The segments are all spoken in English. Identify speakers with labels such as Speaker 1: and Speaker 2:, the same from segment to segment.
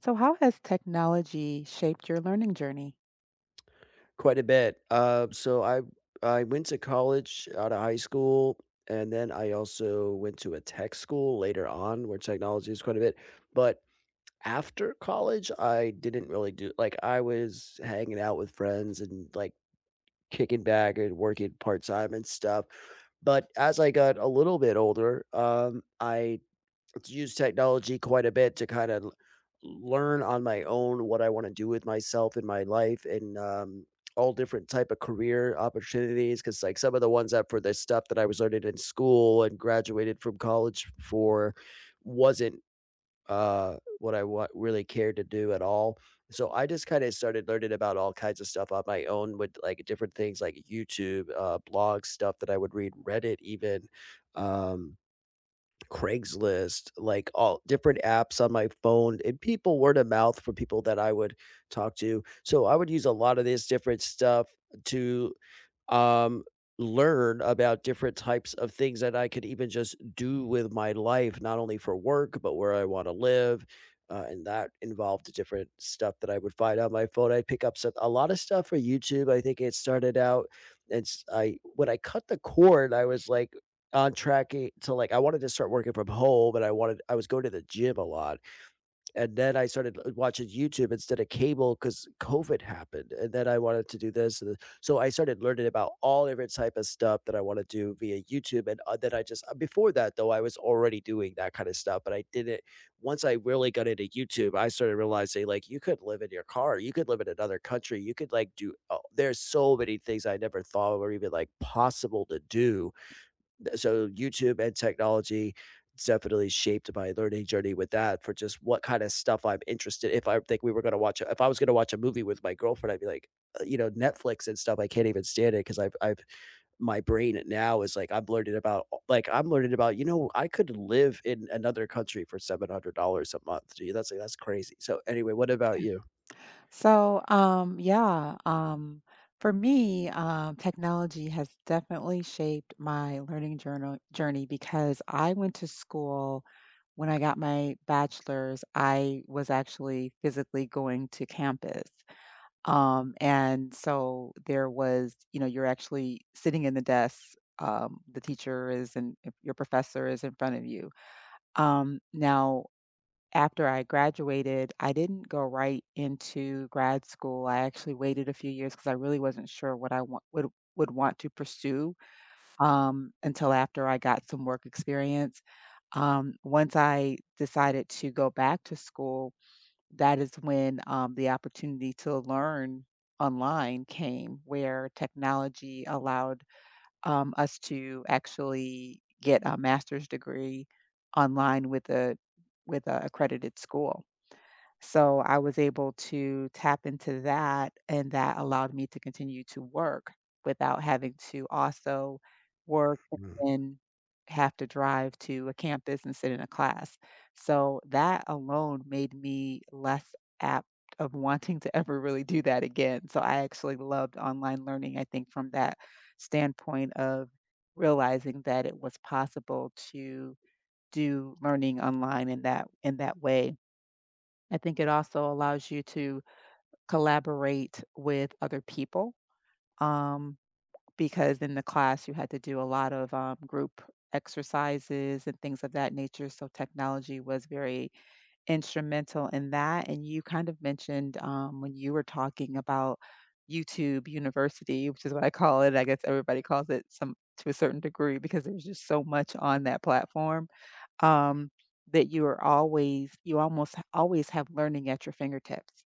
Speaker 1: So, how has technology shaped your learning journey?
Speaker 2: Quite a bit. So I went to college out of high school, and then I also went to a tech school later on where technology is quite a bit. But after college, I didn't really do like I was hanging out with friends and like kicking back and working part time and stuff. But as I got a little bit older, I use technology quite a bit to kind of learn on my own what I want to do with myself in my life and all different type of career opportunities. Because like some of the ones that for the stuff that I was learning in school and graduated from college for wasn't really cared to do at all. So I just kind of started learning about all kinds of stuff on my own with like different things like YouTube, blog stuff that I would read, Reddit even. Um, Craigslist, like all different apps on my phone and people word of mouth from people that I would talk to. So I would use a lot of this different stuff to um, learn about different types of things that I could even just do with my life, not only for work, but where I want to live. And that involved different stuff that I would find on my phone. I'd pick up some, a lot of stuff for YouTube. I think it started out, and I when I cut the cord, I was like on track to like I wanted to start working from home, and I wanted I was going to the gym a lot. And then I started watching YouTube instead of cable because COVID happened, and then I wanted to do this and th so I started learning about all different type of stuff that I wanna do via YouTube, and, then I just before that, though, I was already doing that kinda stuff, but I didn't once I really got into YouTube, I started realizing, like, you could live in your car, you could live in another country, you could, like, do oh, there's so many things I never thought were even, like, possible to do so YouTube and technology definitely shaped my learning journey with that for just what kind of stuff I'm interested if I think we were gonna watch a if I was gonna watch a movie with my girlfriend, I'd be like, you know, Netflix and stuff, I can't even stand it because I 'cause I've my brain now is like, I'm learning about like, I'm learning about, you know, I could live in another country for $700 a month. Gee, that's like that's crazy. So anyway, what about you?
Speaker 1: So, for me, technology has definitely shaped my learning journal journey because I went to school when I got my bachelor's. I was actually physically going to campus, and so there was, you know, you're actually sitting in the desk. The teacher is and Your professor is in front of you. Now, after I graduated, I didn't go right into grad school. I actually waited a few years because I really wasn't sure what I want would want to pursue until after I got some work experience. Once I decided to go back to school, that is when the opportunity to learn online came, where technology allowed us to actually get a master's degree online with a accredited school. So I was able to tap into that, and that allowed me to continue to work without having to also work and then have to drive to a campus and sit in a class. So that alone made me less apt of wanting to ever really do that again. So I actually loved online learning, I think, from that standpoint of realizing that it was possible to do learning online in that way. I think it also allows you to collaborate with other people um, because in the class you had to do a lot of group exercises and things of that nature. So technology was very instrumental in that. And you kind of mentioned when you were talking about YouTube University, which is what I call it. I guess everybody calls it some to a certain degree because there's just so much on that platform. Um, that you are always you almost always have learning at your fingertips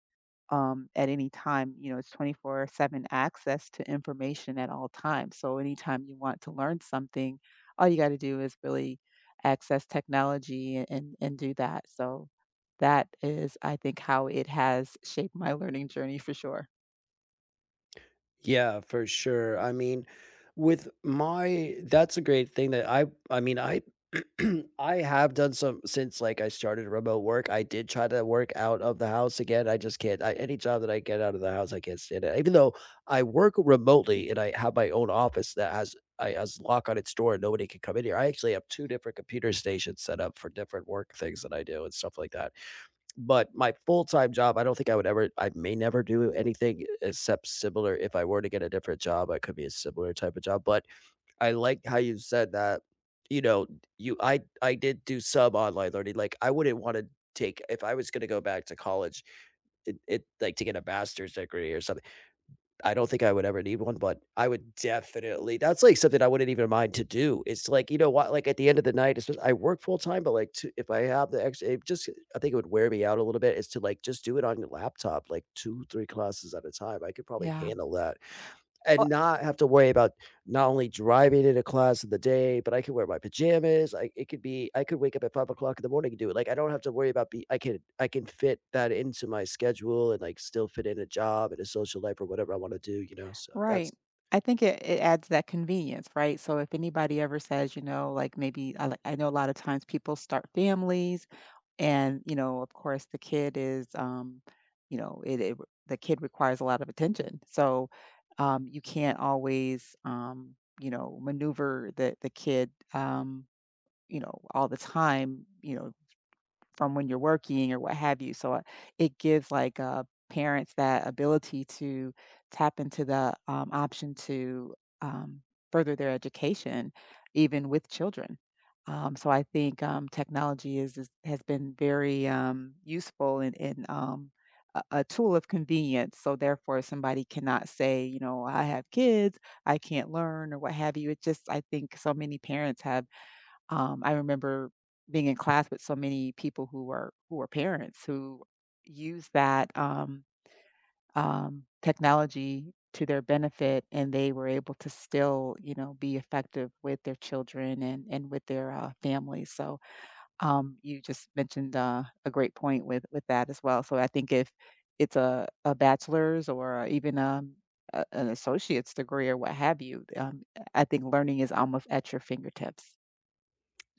Speaker 1: at any time. You know, it's 24/7 access to information at all times. So anytime you want to learn something, all you got to do is really access technology and do that. So that is, I think, how it has shaped my learning journey for sure.
Speaker 2: Yeah, for sure. I mean, with my that's a great thing that I mean, I I have done some since like I started remote work. I did try to work out of the house again. I just can't. I, any job that I get out of the house, I can't stand it. Even though I work remotely and I have my own office that has I has lock on its door and nobody can come in here. I actually have two different computer stations set up for different work things that I do and stuff like that. But my full-time job, I don't think I would ever I may never do anything except similar if I were to get a different job, I could be a similar type of job, but I like how you said that, you know, you I did do some online learning, like, I wouldn't wanna take if I was gonna go back to college, it like, to get a master's degree or something I don't think I would ever need one, but I would definitely that's, like, something I wouldn't even mind to do. It's like, you know what, like, at the end of the night, it's just I work full time, but, like, to if I have the extra it just I think it would wear me out a little bit is to, like, just do it on your laptop, like, 2, 3 classes at a time. I could probably
Speaker 1: Yeah.
Speaker 2: handle that
Speaker 1: Well,
Speaker 2: and not have to worry about not only driving into class in the day, but I can wear my pajamas. I it could be I could wake up at 5 o'clock in the morning and do it. Like, I don't have to worry about be I can fit that into my schedule and, like, still fit in a job and a social life or whatever I wanna do, you know? So that's
Speaker 1: right. I think it adds that convenience, right? So if anybody ever says, you know, like maybe I know a lot of times people start families. And, you know, of course, the kid is, you know, the kid requires a lot of attention. So you can't always, you know, maneuver the kid, you know, all the time. You know, from when you're working or what have you. So, it gives, like, parents that ability to tap into the, option to, um, further their education even with children. So I think, technology is has been very, useful and a tool of convenience. So therefore, somebody cannot say, you know, "I have kids, I can't learn," or what have you. It just I think so many parents have I remember being in class with so many people who were parents who used that technology to their benefit, and they were able to still, you know, be effective with their children and with their families. So you just mentioned a great point with that as well. So I think if it's a bachelor's or even a, an associate's degree or what have you, I think learning is almost at your fingertips.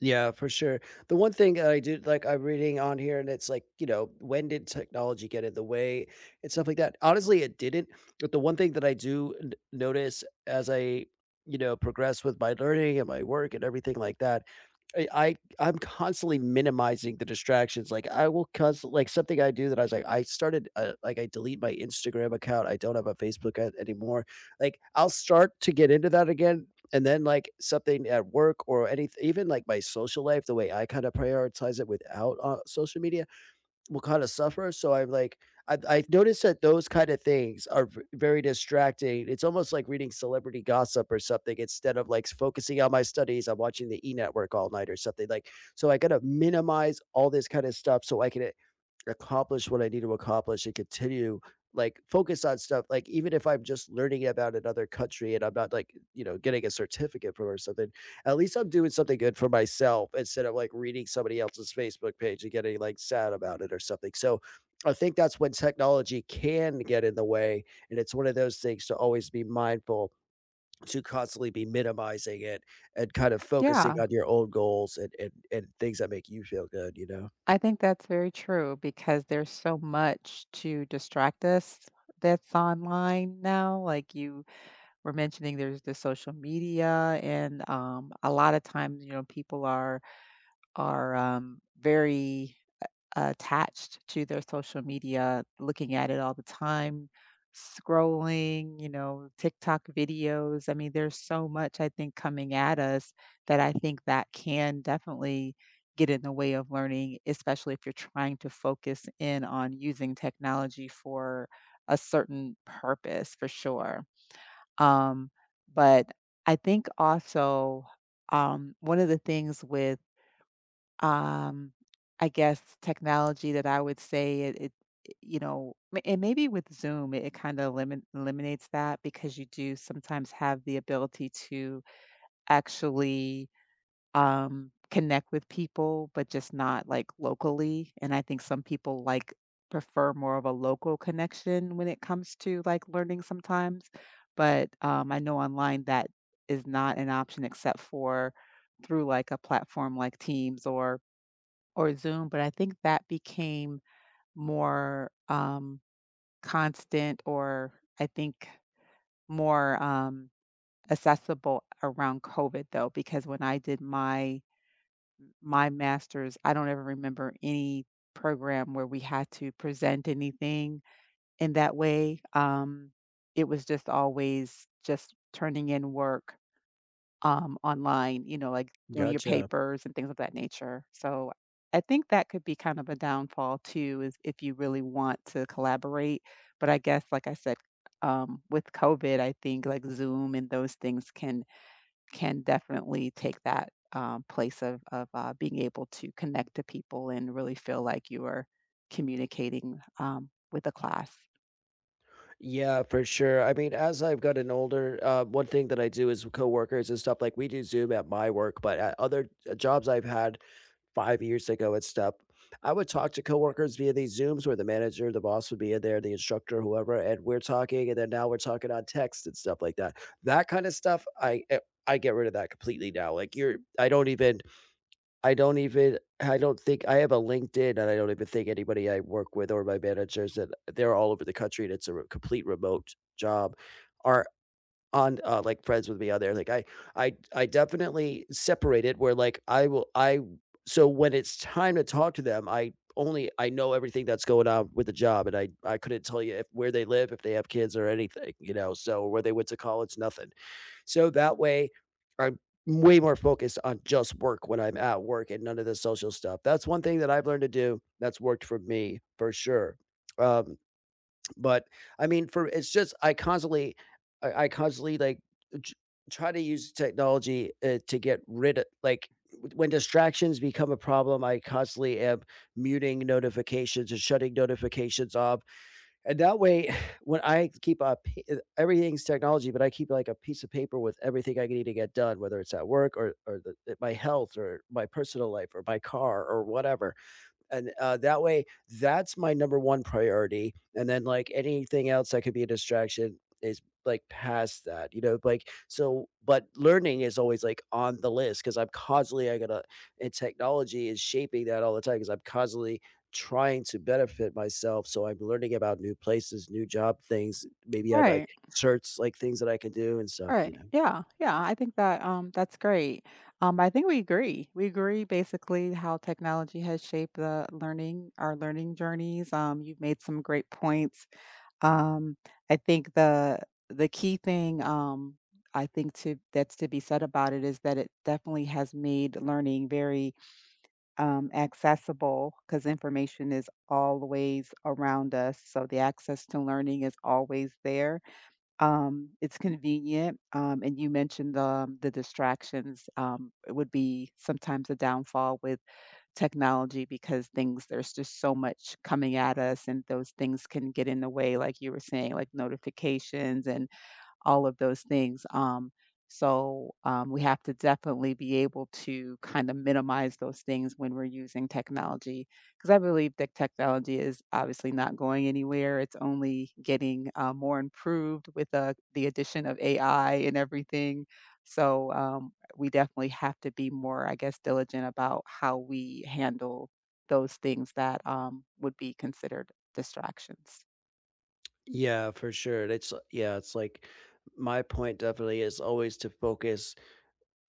Speaker 2: yeah, for sure. The one thing that I did like I'm reading on here and it's like, you know, when did technology get in the way and stuff like that? Honestly, it didn't. But the one thing that I do notice as I, you know, progress with my learning and my work and everything like that, I I'm constantly minimizing the distractions. Like I will constantly like something I do that I was like I started like I delete my Instagram account. I don't have a Facebook anymore. Like I'll start to get into that again and then, like, something at work or anything, even, like, my social life, the way I kinda prioritize it without, social media, will kinda suffer, so I am like I I've noticed that those kinda things are v very distracting. It's almost like reading celebrity gossip or something instead of, like, s focusing on my studies, I'm watching the E! Network all night or something, like so I gotta minimize all this kinda stuff so I can a accomplish what I need to accomplish and continue, like, focus on stuff, like, even if I'm just learning about another country and I'm not, like, you know, getting a certificate from or something, at least I'm doing something good for myself instead of like reading somebody else's Facebook page and getting like sad about it or something. So I think that's when technology can get in the way. And it's one of those things to always be mindful to constantly be minimizing it and kind of focusing
Speaker 1: Yeah.
Speaker 2: on your own goals and things that make you feel good, you know?
Speaker 1: I think that's very true because there's so much to distract us that's online now. Like you were mentioning, there's the social media, and a lot of times, you know, people are very attached to their social media, looking at it all the time, scrolling, you know, TikTok videos. I mean, there's so much I think coming at us that I think that can definitely get in the way of learning, especially if you're trying to focus in on using technology for a certain purpose for sure. Um, but I think also one of the things with um, I guess technology that I would say you know, and maybe with Zoom, it kind of eliminates that because you do sometimes have the ability to actually connect with people, but just not like locally. And I think some people like prefer more of a local connection when it comes to like learning sometimes. But I know online that is not an option except for through like a platform like Teams or Zoom, but I think that became more, constant or I think more, accessible around COVID though, because when I did my master's, I don't ever remember any program where we had to present anything in that way. It was just always just turning in work online, you know, like doing your
Speaker 2: Gotcha.
Speaker 1: papers and things of that nature. So I think that could be kind of a downfall too, is if you really want to collaborate. But I guess, like I said, with COVID, I think like Zoom and those things can definitely take that place of being able to connect to people and really feel like you are communicating with a class.
Speaker 2: Yeah, for sure. I mean, as I've gotten older, one thing that I do is with coworkers and stuff like we do Zoom at my work, but at other jobs I've had, 5 years ago and stuff, I would talk to coworkers via these Zooms where the manager, the boss would be in there, the instructor, whoever, and we're talking, and then now we're talking on text and stuff like that. That kind of stuff, I get rid of that completely now. Like you're I don't even I don't think I have a LinkedIn, and I don't even think anybody I work with or my managers that they're all over the country and it's a re complete remote job are on, like, friends with me on there, like, I definitely separate it where, like, I will I so when it's time to talk to them, I only I know everything that's going on with the job, and I couldn't tell you if where they live, if they have kids or anything, you know, so where they went to college, nothing. So that way, I'm way more focused on just work when I'm at work and none of the social stuff. That's one thing that I've learned to do that's worked for me for sure. Um but, I mean, for it's just I constantly I constantly, like, ch try to use technology, to get rid of like, when distractions become a problem, I constantly am muting notifications and shutting notifications off, and that way, when I keep a p everything's technology, but I keep, like, a piece of paper with everything I need to get done, whether it's at work or the my health or my personal life or my car or whatever, and, that way, that's my number 1 priority, and then, like, anything else that could be a distraction is, like, past that, you know, like, so but learning is always, like, on the list because 'cause I'm constantly I gotta and technology is shaping that all the time because 'cause I'm constantly trying to benefit myself, so I'm learning about new places, new job things. Maybe I'd, like,
Speaker 1: Right,
Speaker 2: search, like, things that I can do and stuff, you
Speaker 1: right.
Speaker 2: know?
Speaker 1: Yeah, yeah, I think that, that's great. I think we agree. We agree basically how technology has shaped the learning our learning journeys. You've made some great points. Um, I think the key thing, I think to that's to be said about it is that it definitely has made learning very accessible because information is always around us. So the access to learning is always there. It's convenient. And you mentioned the distractions, it would be sometimes a downfall with technology because things, there's just so much coming at us and those things can get in the way, like you were saying, like notifications and all of those things. So we have to definitely be able to kind of minimize those things when we're using technology, because I believe that technology is obviously not going anywhere. It's only getting more improved with the addition of AI and everything. So we definitely have to be more, I guess, diligent about how we handle those things that would be considered distractions.
Speaker 2: Yeah, for sure, it's yeah, it's like my point definitely is always to focus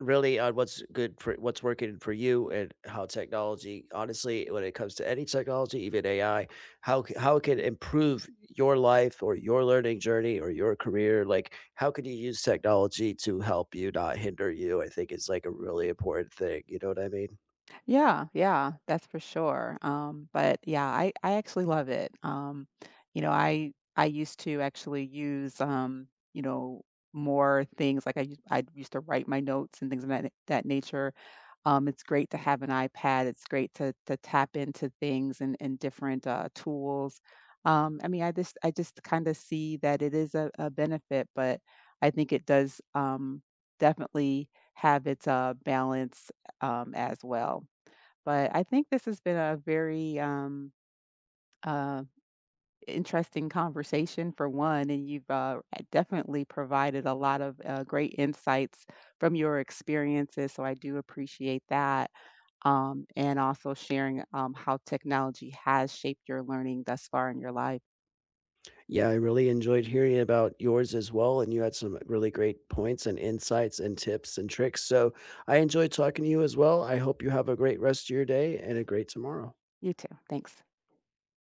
Speaker 2: really on what's good for what's working for you and how technology honestly when it comes to any technology even AI how how it can improve your life or your learning journey or your career like how can you use technology to help you not hinder you I think it's like a really important thing you know what I mean
Speaker 1: Yeah, yeah, that's for sure. But yeah, I actually love it. You know, I used to actually use you know, more things like I used to write my notes and things of that nature. It's great to have an iPad. It's great to tap into things and and different tools. I mean, I just kind of see that it is a benefit, but I think it does definitely have its balance as well. But I think this has been a very uh, interesting conversation for one, and you've definitely provided a lot of great insights from your experiences. So I do appreciate that, and also sharing how technology has shaped your learning thus far in your life.
Speaker 2: yeah I really enjoyed hearing about yours as well and you had some really great points and insights and tips and tricks so I enjoyed talking to you as well I hope you have a great rest of your day and a great tomorrow
Speaker 1: You too. Thanks.